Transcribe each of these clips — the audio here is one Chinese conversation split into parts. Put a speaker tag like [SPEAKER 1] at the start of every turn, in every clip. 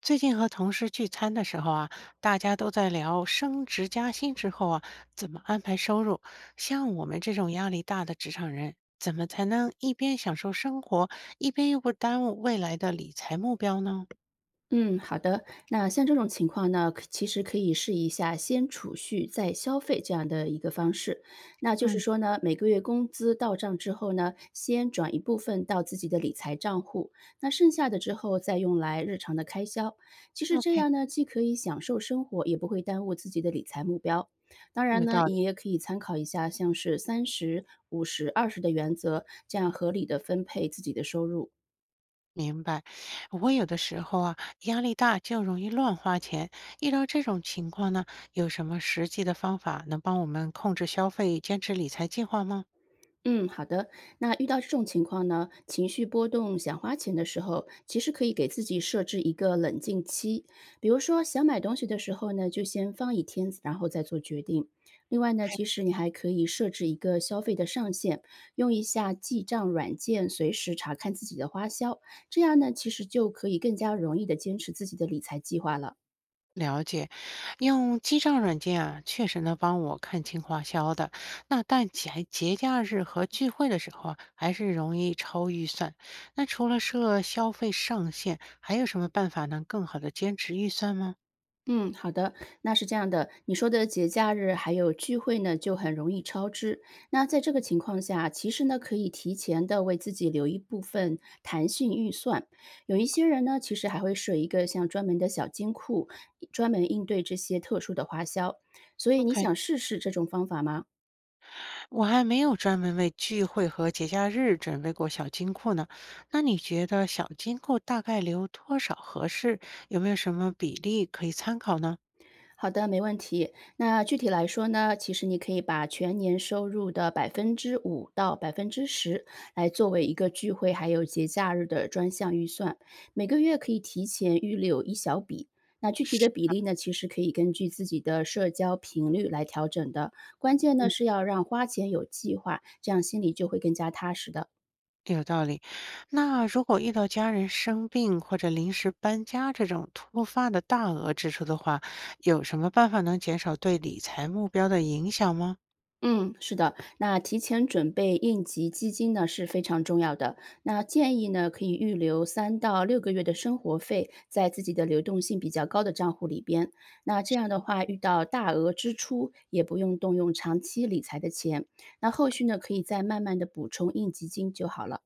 [SPEAKER 1] 最近和同事聚餐的时候啊，大家都在聊升职加薪之后啊，怎么安排收入。像我们这种压力大的职场人，怎么才能一边享受生活，一边又不耽误未来的理财目标呢？
[SPEAKER 2] 嗯，好的。那像这种情况呢，其实可以试一下先储蓄再消费这样的一个方式。那就是
[SPEAKER 1] 嗯
[SPEAKER 2] 说呢，每个月工资到账之后呢，先转一部分到自己的理财账户，那剩下的之后再用来日常的开销。其实这
[SPEAKER 1] ，OK，
[SPEAKER 2] 样呢，既可以享受生活，也不会耽误自己的理财目标。当然
[SPEAKER 1] 有
[SPEAKER 2] 呢，
[SPEAKER 1] 道
[SPEAKER 2] 你
[SPEAKER 1] 理，
[SPEAKER 2] 也可以参考一下像是30、50、20的原则，这样合理的分配自己的收入。
[SPEAKER 1] 明白。我有的时候啊，压力大就容易乱花钱。遇到这种情况呢，有什么实际的方法能帮我们控制消费、坚持理财计划吗？
[SPEAKER 2] 嗯，好的。那遇到这种情况呢，情绪波动，想花钱的时候，其实可以给自己设置一个冷静期。比如说，想买东西的时候呢，就先放一天，然后再做决定。另外呢，其实你还可以设置一个消费的上限，用一下记账软件，随时查看自己的花销。这样呢，其实就可以更加容易的坚持自己的理财计划了。
[SPEAKER 1] 了解，用记账软件啊，确实能帮我看清花销的。那但节节假日和聚会的时候啊，还是容易超预算。那除了设消费上限，还有什么办法能更好的坚持预算吗
[SPEAKER 2] 嗯，好的，那是这样的，你说的节假日还有聚会呢，就很容易超支。那在这个情况下，其实呢，可以提前的为自己留一部分弹性预算。有一些人呢，其实还会设一个像专门的小金库，专门应对这些特殊的花销。所以你
[SPEAKER 1] ？OK，
[SPEAKER 2] 想试试这种方法吗？
[SPEAKER 1] 我还没有专门为聚会和节假日准备过小金库呢。那你觉得小金库大概留多少合适？有没有什么比例可以参考呢？
[SPEAKER 2] 好的，没问题。那具体来说呢，其实你可以把全年收入的5%到10%来作为一个聚会还有节假日的专项预算，每个月可以提前预留一小笔。那具体
[SPEAKER 1] 是。
[SPEAKER 2] 的比例呢，其实可以根据自己的社交频率来调整的。关键呢是要让花钱有计划，这样心里就会更加踏实的。
[SPEAKER 1] 有道理。那如果遇到家人生病或者临时搬家这种突发的大额支出的话，有什么办法能减少对理财目标的影响吗？
[SPEAKER 2] 嗯，是的，那提前准备应急基金呢是非常重要的。那建议呢可以预留3到6个月的生活费在自己的流动性比较高的账户里边。那这样的话，遇到大额支出也不用动用长期理财的钱。那后续呢可以再慢慢的补充应急金就好了。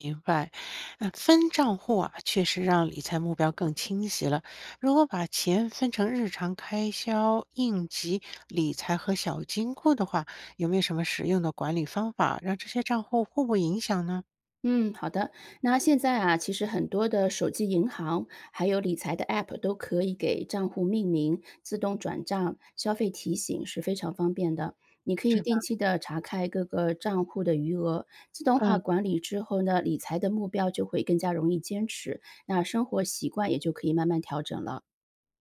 [SPEAKER 1] 明白，嗯，分账户啊，确实让理财目标更清晰了。如果把钱分成日常开销、应急理财和小金库的话，有没有什么实用的管理方法，让这些账户互不影响呢？
[SPEAKER 2] 嗯，好的。那现在啊，其实很多的手机银行还有理财的 App 都可以给账户命名、自动转账、消费提醒，是非常方便的。你可以
[SPEAKER 1] 是吧？
[SPEAKER 2] 定期的查看各个账户的余额，自动化
[SPEAKER 1] 嗯。
[SPEAKER 2] 管理之后呢，理财的目标就会更加容易坚持，那生活习惯也就可以慢慢调整了。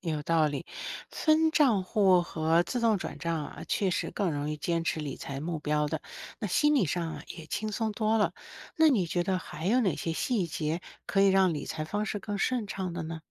[SPEAKER 1] 有道理，分账户和自动转账啊，确实更容易坚持理财目标的，那心理上啊也轻松多了。那你觉得还有哪些细节可以让理财方式更顺畅的呢？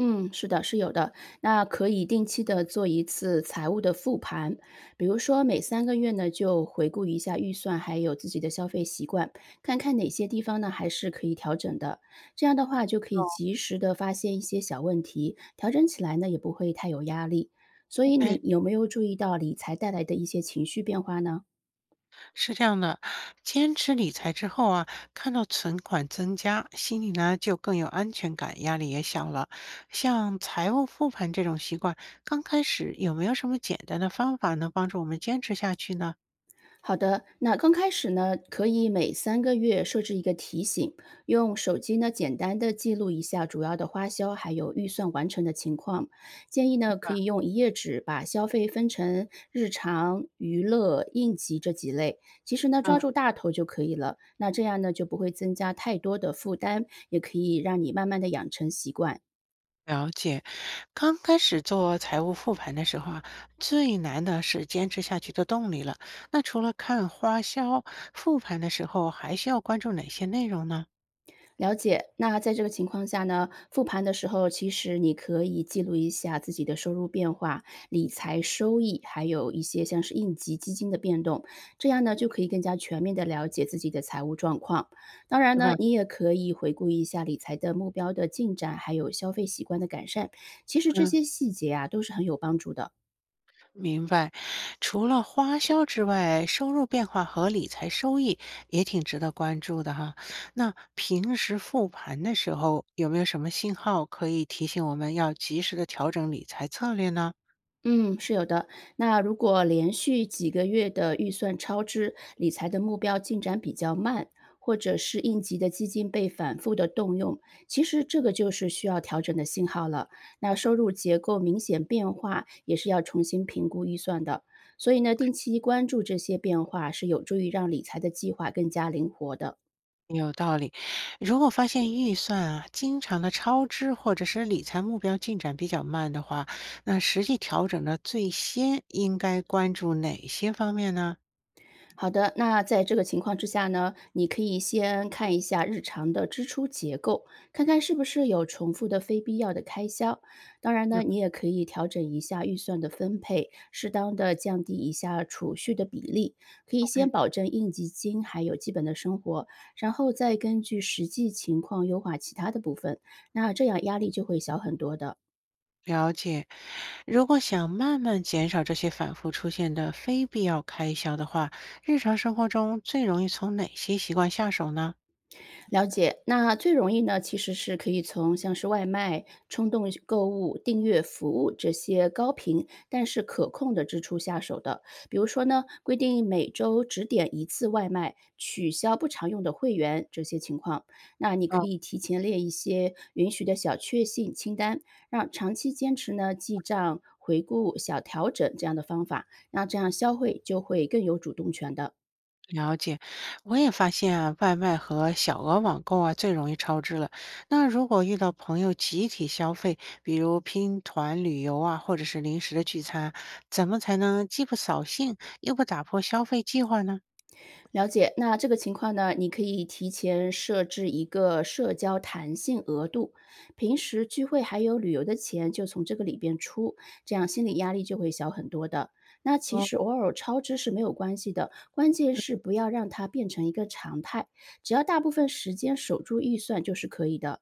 [SPEAKER 2] 嗯，是的，是有的。那可以定期的做一次财务的复盘，比如说每三个月呢，就回顾一下预算，还有自己的消费习惯，看看哪些地方呢还是可以调整的。这样的话，就可以
[SPEAKER 1] 哦，
[SPEAKER 2] 及时的发现一些小问题，调整起来呢也不会太有压力。所以你
[SPEAKER 1] 哎，
[SPEAKER 2] 有没有注意到理财带来的一些情绪变化呢？
[SPEAKER 1] 是这样的，坚持理财之后啊，看到存款增加，心里呢就更有安全感，压力也小了。像财务复盘这种习惯，刚开始有没有什么简单的方法能帮助我们坚持下去呢？
[SPEAKER 2] 好的，那刚开始呢，可以每三个月设置一个提醒，用手机呢简单的记录一下主要的花销，还有预算完成的情况。建议呢可以
[SPEAKER 1] 明
[SPEAKER 2] 用一页纸把消费分成日常、娱乐、应急这几类，其实呢抓住大头就可以了。那这样呢就不会增加太多的负担，也可以让你慢慢的养成习惯。
[SPEAKER 1] 了解，刚开始做财务复盘的时候啊，最难的是坚持下去的动力了。那除了看花销，复盘的时候还需要关注哪些内容呢？
[SPEAKER 2] 了解。那在这个情况下呢，复盘的时候，其实你可以记录一下自己的收入变化、理财收益，还有一些像是应急基金的变动，这样呢就可以更加全面的了解自己的财务状况。当然
[SPEAKER 1] 是
[SPEAKER 2] 呢，
[SPEAKER 1] 吧？
[SPEAKER 2] 你也可以回顾一下理财的目标的进展，还有消费习惯的改善。其实这
[SPEAKER 1] 嗯，
[SPEAKER 2] 些细节啊都是很有帮助的哦。
[SPEAKER 1] 明白。除了花销之外，收入变化和理财收益也挺值得关注的哈。那平时复盘的时候，有没有什么信号可以提醒我们要及时的调整理财策略呢？
[SPEAKER 2] 嗯，是有的。那如果连续几个月的预算超支，理财的目标进展比较慢，或者是应急的基金被反复的动用，其实这个就是需要调整的信号了。那收入结构明显变化，也是要重新评估预算的。所以呢，定期关注这些变化是有助于让理财的计划更加灵活的。
[SPEAKER 1] 有道理，如果发现预算啊经常的超支，或者是理财目标进展比较慢的话，那实际调整的最先应该关注哪些方面呢？
[SPEAKER 2] 好的，那在这个情况之下呢，你可以先看一下日常的支出结构，看看是不是有重复的非必要的开销。当然呢，你也可以调整一下预算的分配，适当的降低一下储蓄的比例，可
[SPEAKER 1] 嗯
[SPEAKER 2] 以先
[SPEAKER 1] ，OK，
[SPEAKER 2] 保证应急金还有基本的生活，然后再根据实际情况优化其他的部分。那这样压力就会小很多的。
[SPEAKER 1] 了解。如果想慢慢减少这些反复出现的非必要开销的话，日常生活中最容易从哪些习惯下手呢？
[SPEAKER 2] 了解，那最容易呢，其实是可以从像是外卖、冲动购物、订阅服务这些高频但是可控的支出下手的。比如说呢，规定每周只点一次外卖，取消不常用的会员这些情况，那你可
[SPEAKER 1] 哦。
[SPEAKER 2] 以提前列一些允许的小确幸清单，让长期坚持呢记账、回顾、小调整这样的方法，那这样消费就会更有主动权的。
[SPEAKER 1] 了解，我也发现啊，外卖和小额网购啊最容易超支了。那如果遇到朋友集体消费，比如拼团旅游啊，或者是临时的聚餐，怎么才能既不扫兴又不打破消费计划呢？
[SPEAKER 2] 了解，那这个情况呢，你可以提前设置一个社交弹性额度，平时聚会还有旅游的钱就从这个里边出，这样心理压力就会小很多的。那其
[SPEAKER 1] 哦，
[SPEAKER 2] 实偶尔超支是没有关系的，关键是不要让它变成一个常态，只要大部分时间守住预算就是可以的。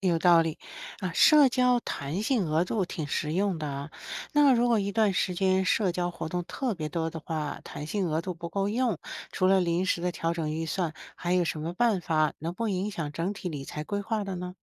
[SPEAKER 1] 有道理啊，社交弹性额度挺实用的啊。那如果一段时间社交活动特别多的话，弹性额度不够用，除了临时的调整预算，还有什么办法能不影响整体理财规划的呢？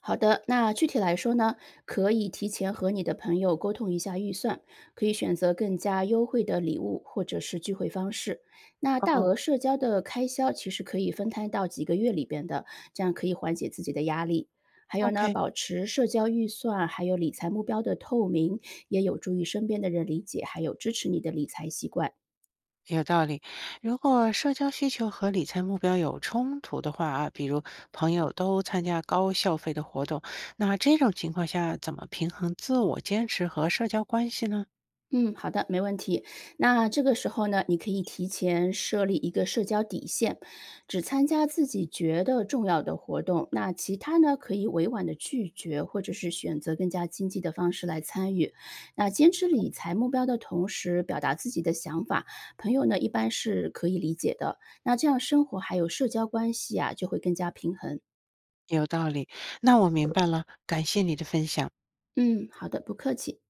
[SPEAKER 2] 好的，那具体来说呢，可以提前和你的朋友沟通一下预算，可以选择更加优惠的礼物或者是聚会方式。那大
[SPEAKER 1] 哦
[SPEAKER 2] 额社交的开销其实可以分摊到几个月里边的，这样可以缓解自己的压力。还有呢，
[SPEAKER 1] ，OK，
[SPEAKER 2] 保持社交预算还有理财目标的透明，也有助于身边的人理解还有支持你的理财习惯。
[SPEAKER 1] 有道理。如果社交需求和理财目标有冲突的话啊，比如朋友都参加高消费的活动，那这种情况下怎么平衡自我坚持和社交关系呢？
[SPEAKER 2] 嗯，好的，没问题。那这个时候呢，你可以提前设立一个社交底线，只参加自己觉得重要的活动，那其他呢，可以委婉的拒绝，或者是选择更加经济的方式来参与。那坚持理财目标的同时，表达自己的想法，朋友呢一般是可以理解的。那这样生活还有社交关系啊，就会更加平衡。
[SPEAKER 1] 有道理，那我明白了，感谢你的分享。
[SPEAKER 2] 嗯，好的，不客气。